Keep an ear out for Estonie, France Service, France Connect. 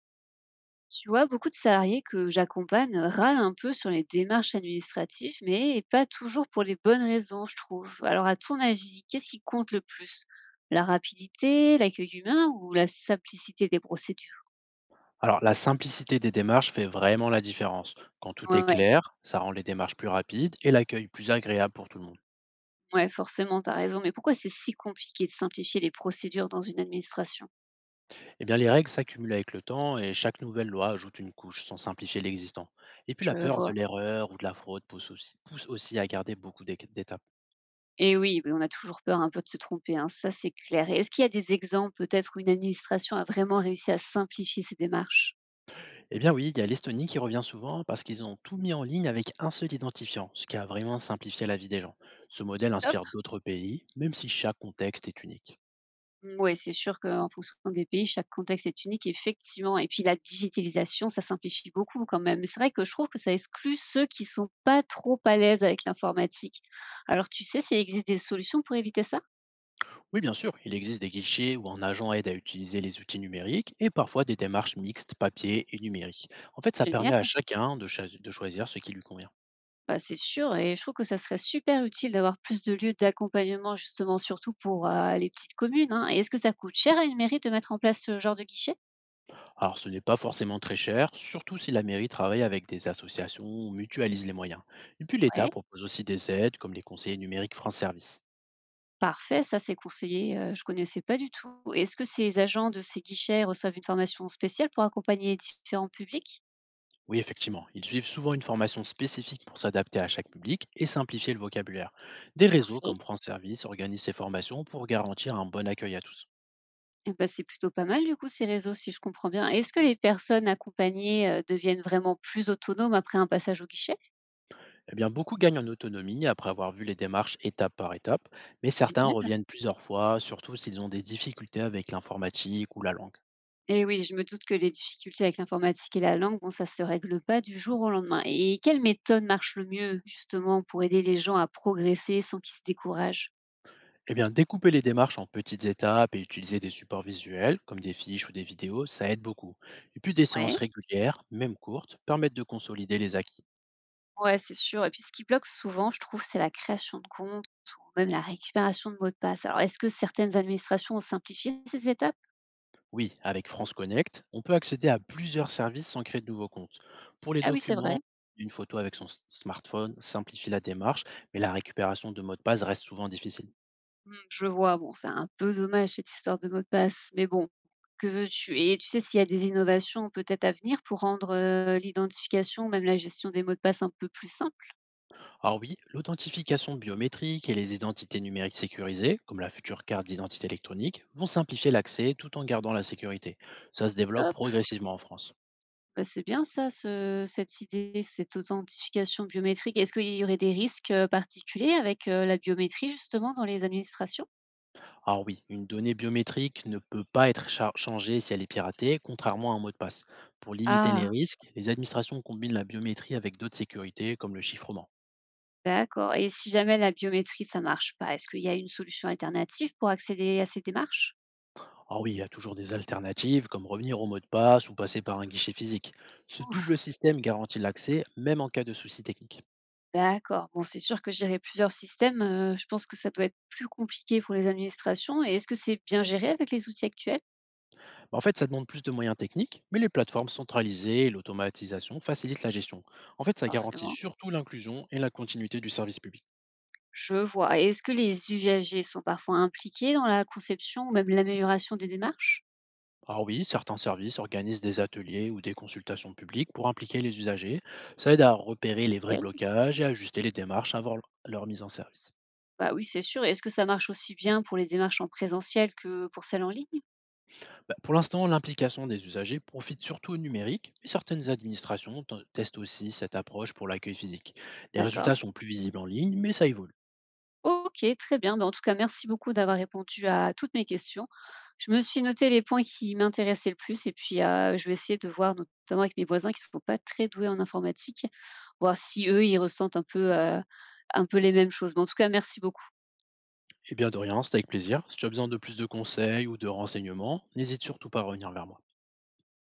Tu vois, beaucoup de salariés que j'accompagne râlent un peu sur les démarches administratives, mais pas toujours pour les bonnes raisons, je trouve. Alors, à ton avis, qu'est-ce qui compte le plus? La rapidité, l'accueil humain ou la simplicité des procédures? Alors, la simplicité des démarches fait vraiment la différence. Quand tout est Ouais, clair, ça rend les démarches plus rapides et l'accueil plus agréable pour tout le monde. ouais, forcément, t'as raison. Mais pourquoi c'est si compliqué de simplifier les procédures dans une administration? Eh bien, les règles s'accumulent avec le temps et chaque nouvelle loi ajoute une couche sans simplifier l'existant. Et puis, Je la peur de vois. l'erreur ou de la fraude pousse aussi à garder beaucoup d'étapes. Et oui, mais on a toujours peur un peu de se tromper, hein, ça c'est clair. Et est-ce qu'il y a des exemples peut-être où une administration a vraiment réussi à simplifier ses démarches? Eh bien, oui, il y a l'Estonie qui revient souvent parce qu'ils ont tout mis en ligne avec un seul identifiant, ce qui a vraiment simplifié la vie des gens. Ce modèle inspire d'autres pays, même si chaque contexte est unique. Ouais, c'est sûr qu'en fonction des pays, chaque contexte est unique, effectivement. Et puis la digitalisation, ça simplifie beaucoup quand même. Mais c'est vrai que je trouve que ça exclut ceux qui sont pas trop à l'aise avec l'informatique. Alors, tu sais s'il existe des solutions pour éviter ça? Oui, bien sûr, il existe des guichets où un agent aide à utiliser les outils numériques et parfois des démarches mixtes papier et numérique. En fait, ça permet à Génial. chacun de choisir ce qui lui convient. Bah, c'est sûr. Et je trouve que ça serait super utile d'avoir plus de lieux d'accompagnement, justement, surtout pour les petites communes, hein. Et est-ce que ça coûte cher à une mairie de mettre en place ce genre de guichet? Alors, ce n'est pas forcément très cher, surtout si la mairie travaille avec des associations ou mutualise les moyens. Et puis, l'État Ouais. propose aussi des aides comme les conseillers numériques France Service. Parfait, ça c'est conseillé, je connaissais pas du tout. Est-ce que ces agents de ces guichets reçoivent une formation spéciale pour accompagner les différents publics? Oui, effectivement, ils suivent souvent une formation spécifique pour s'adapter à chaque public et simplifier le vocabulaire. Des réseaux Parfait. comme France Service organisent ces formations pour garantir un bon accueil à tous. Et ben c'est plutôt pas mal du coup ces réseaux si je comprends bien. Est-ce que les personnes accompagnées, deviennent vraiment plus autonomes après un passage au guichet? Eh bien, beaucoup gagnent en autonomie après avoir vu les démarches étape par étape, mais certains Génial. reviennent plusieurs fois, surtout s'ils ont des difficultés avec l'informatique ou la langue. Et oui, je me doute que les difficultés avec l'informatique et la langue, bon ça se règle pas du jour au lendemain. Et quelle méthode marche le mieux justement pour aider les gens à progresser sans qu'ils se découragent? Eh bien, découper les démarches en petites étapes et utiliser des supports visuels, comme des fiches ou des vidéos, ça aide beaucoup. Et puis des Ouais. séances régulières, même courtes, permettent de consolider les acquis. Ouais, c'est sûr et puis ce qui bloque souvent, je trouve, c'est la création de compte ou même la récupération de mots de passe. Alors est-ce que certaines administrations ont simplifié ces étapes? Oui, avec France Connect, on peut accéder à plusieurs services sans créer de nouveaux comptes. Pour les Ah oui, c'est documents, vrai. une photo avec son smartphone simplifie la démarche, mais la récupération de mots de passe reste souvent difficile. Mmh, je vois, bon, c'est un peu dommage cette histoire de mots de passe, mais bon, que veux-tu? Et tu sais s'il y a des innovations peut-être à venir pour rendre, l'identification, même la gestion des mots de passe un peu plus simple? Alors oui, l'authentification biométrique et les identités numériques sécurisées, comme la future carte d'identité électronique, vont simplifier l'accès tout en gardant la sécurité. Ça se développe Hop, progressivement en France. bah, c'est bien ça ce cette idée, cette authentification biométrique. Est-ce qu'il y aurait des risques, particuliers avec, la biométrie justement dans les administrations? Alors oui, une donnée biométrique ne peut pas être changée si elle est piratée, contrairement à un mot de passe. Pour limiter les Ah! risques, les administrations combinent la biométrie avec d'autres sécurités, comme le chiffrement. D'accord et si jamais la biométrie, ça marche pas, est-ce qu'il y a une solution alternative pour accéder à ces démarches? Alors oui, il y a toujours des alternatives, comme revenir au mot de passe ou passer par un guichet physique. Ce double Ouf, système garantit l'accès, même en cas de soucis techniques. d'accord. Bon, c'est sûr que gérer plusieurs systèmes, je pense que ça doit être plus compliqué pour les administrations et est-ce que c'est bien géré avec les outils actuels? Bah, en fait, ça demande plus de moyens techniques, mais les plateformes centralisées et l'automatisation facilitent la gestion. En fait, ça garantit Forcément. surtout l'inclusion et la continuité du service public. Je vois et est-ce que les usagers sont parfois impliqués dans la conception ou même l'amélioration des démarches? Alors oui, certains services organisent des ateliers ou des consultations publiques pour impliquer les usagers. Ça aide à repérer les vrais OK. blocages et à ajuster les démarches avant leur mise en service. Bah, oui, c'est sûr et est-ce que ça marche aussi bien pour les démarches en présentiel que pour celles en ligne? Bah, pour l'instant, l'implication des usagers profite surtout au numérique, mais certaines administrations testent aussi cette approche pour l'accueil physique. Les résultats D'accord. sont plus visibles en ligne, mais ça évolue. OK, très bien. Bah, en tout cas, merci beaucoup d'avoir répondu à toutes mes questions. Je me suis noté les points qui m'intéressaient le plus et puis, je vais essayer de voir notamment avec mes voisins qui ne sont pas très doués en informatique, voir si eux, ils ressentent un peu les mêmes choses. Mais en tout cas, merci beaucoup. Eh bien, de rien, c'était avec plaisir. Si tu as besoin de plus de conseils ou de renseignements, n'hésite surtout pas à revenir vers moi.